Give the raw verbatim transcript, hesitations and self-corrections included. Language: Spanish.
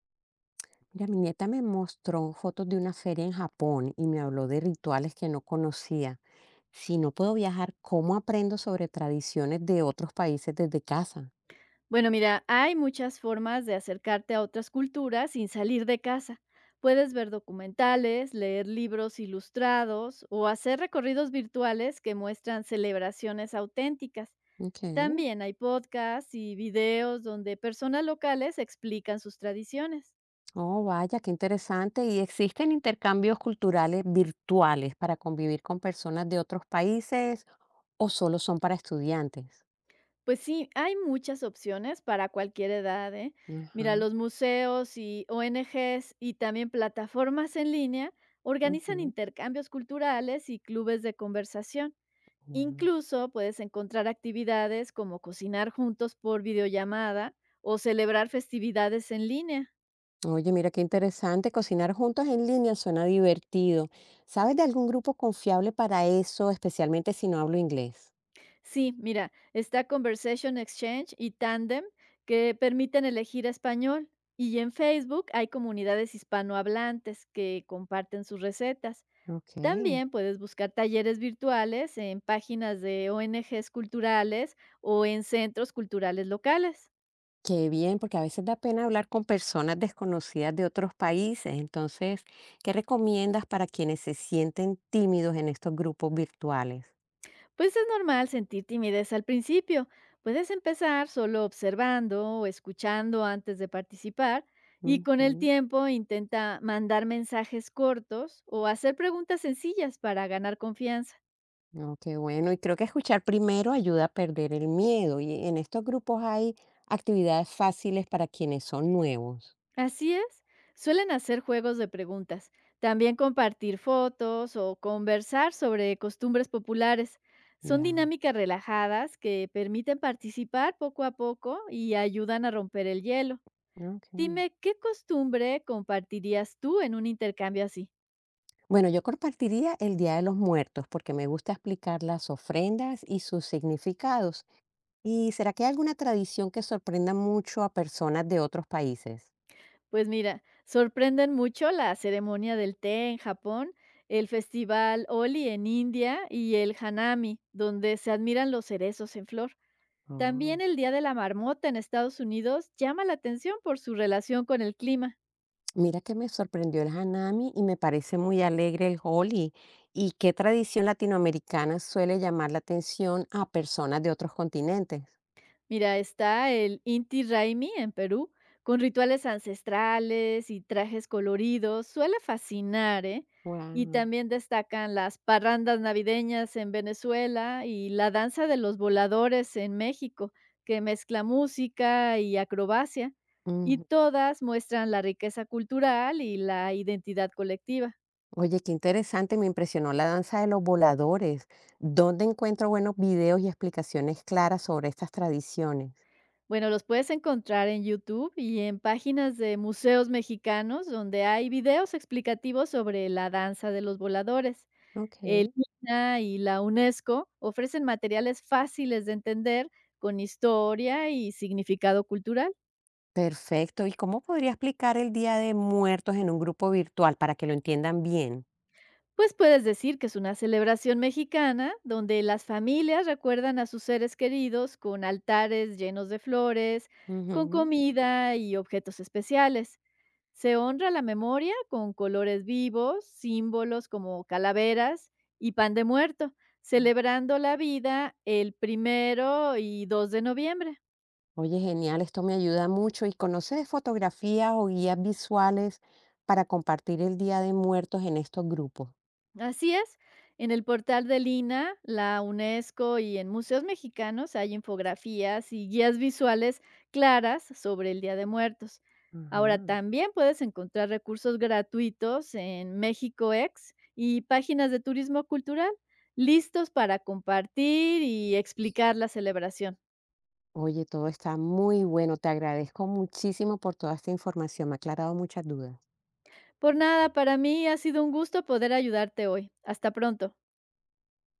Mira, mi nieta me mostró fotos de una feria en Japón y me habló de rituales que no conocía. Si no puedo viajar, ¿cómo aprendo sobre tradiciones de otros países desde casa? Bueno, mira, hay muchas formas de acercarte a otras culturas sin salir de casa. Puedes ver documentales, leer libros ilustrados o hacer recorridos virtuales que muestran celebraciones auténticas. Ok. También hay podcasts y videos donde personas locales explican sus tradiciones. Oh, vaya, qué interesante. ¿Y existen intercambios culturales virtuales para convivir con personas de otros países o solo son para estudiantes? Pues sí, hay muchas opciones para cualquier edad, ¿eh? Ajá. Mira, los museos y O N Ges y también plataformas en línea organizan Ujú. intercambios culturales y clubes de conversación. Ya. Incluso puedes encontrar actividades como cocinar juntos por videollamada o celebrar festividades en línea. Oye, mira qué interesante, cocinar juntos en línea suena divertido. ¿Sabes de algún grupo confiable para eso, especialmente si no hablo inglés? Sí, mira, está Conversation Exchange y Tandem que permiten elegir español. Y en Facebook hay comunidades hispanohablantes que comparten sus recetas. Ok. También puedes buscar talleres virtuales en páginas de O N Ges culturales o en centros culturales locales. Qué bien, porque a veces da pena hablar con personas desconocidas de otros países. Entonces, ¿qué recomiendas para quienes se sienten tímidos en estos grupos virtuales? Pues es normal sentir timidez al principio. Puedes empezar solo observando o escuchando antes de participar, y con el Ujú. tiempo intenta mandar mensajes cortos o hacer preguntas sencillas para ganar confianza. No, qué bueno. Y creo que escuchar primero ayuda a perder el miedo. ¿Y en estos grupos hay actividades fáciles para quienes son nuevos? Así es, suelen hacer juegos de preguntas, también compartir fotos o conversar sobre costumbres populares. Son Ya. dinámicas relajadas que permiten participar poco a poco y ayudan a romper el hielo. Ok. Dime, ¿qué costumbre compartirías tú en un intercambio así? Bueno, yo compartiría el Día de los Muertos porque me gusta explicar las ofrendas y sus significados. ¿Y será que hay alguna tradición que sorprenda mucho a personas de otros países? Pues mira, sorprenden mucho la ceremonia del té en Japón, el festival Oli en India y el Hanami, donde se admiran los cerezos en flor. Oh. También el Día de la Marmota en Estados Unidos llama la atención por su relación con el clima. Mira que me sorprendió el Hanami y me parece muy alegre el Holi. ¿Y qué tradición latinoamericana suele llamar la atención a personas de otros continentes? Mira, está el Inti Raimi en Perú, con rituales ancestrales y trajes coloridos, suele fascinar, ¿eh? Y Wow. también destacan las parrandas navideñas en Venezuela y la danza de los voladores en México, que mezcla música y acrobacia, y todas muestran la riqueza cultural y la identidad colectiva. Oye, qué interesante, me impresionó la danza de los voladores. ¿Dónde encuentro buenos videos y explicaciones claras sobre estas tradiciones? Bueno, los puedes encontrar en YouTube y en páginas de museos mexicanos donde hay videos explicativos sobre la danza de los voladores. Ok. El I N A H y la UNESCO ofrecen materiales fáciles de entender con historia y significado cultural. Perfecto. ¿Y cómo podría explicar el Día de Muertos en un grupo virtual para que lo entiendan bien? Pues puedes decir que es una celebración mexicana donde las familias recuerdan a sus seres queridos con altares llenos de flores, con Ujú. comida y objetos especiales. Se honra la memoria con colores vivos, símbolos como calaveras y pan de muerto, celebrando la vida el primero y dos de noviembre. Oye, genial, esto me ayuda mucho. ¿Y conoces fotografías o guías visuales para compartir el Día de Muertos en estos grupos? Así es, en el portal del I N A H, la UNESCO y en museos mexicanos hay infografías y guías visuales claras sobre el Día de Muertos. Ahora Ajá. también puedes encontrar recursos gratuitos en México Ex y páginas de turismo cultural listos para compartir y explicar la celebración. Oye, todo está muy bueno. Te agradezco muchísimo por toda esta información. Me ha aclarado muchas dudas. Por nada, para mí ha sido un gusto poder ayudarte hoy. Hasta pronto.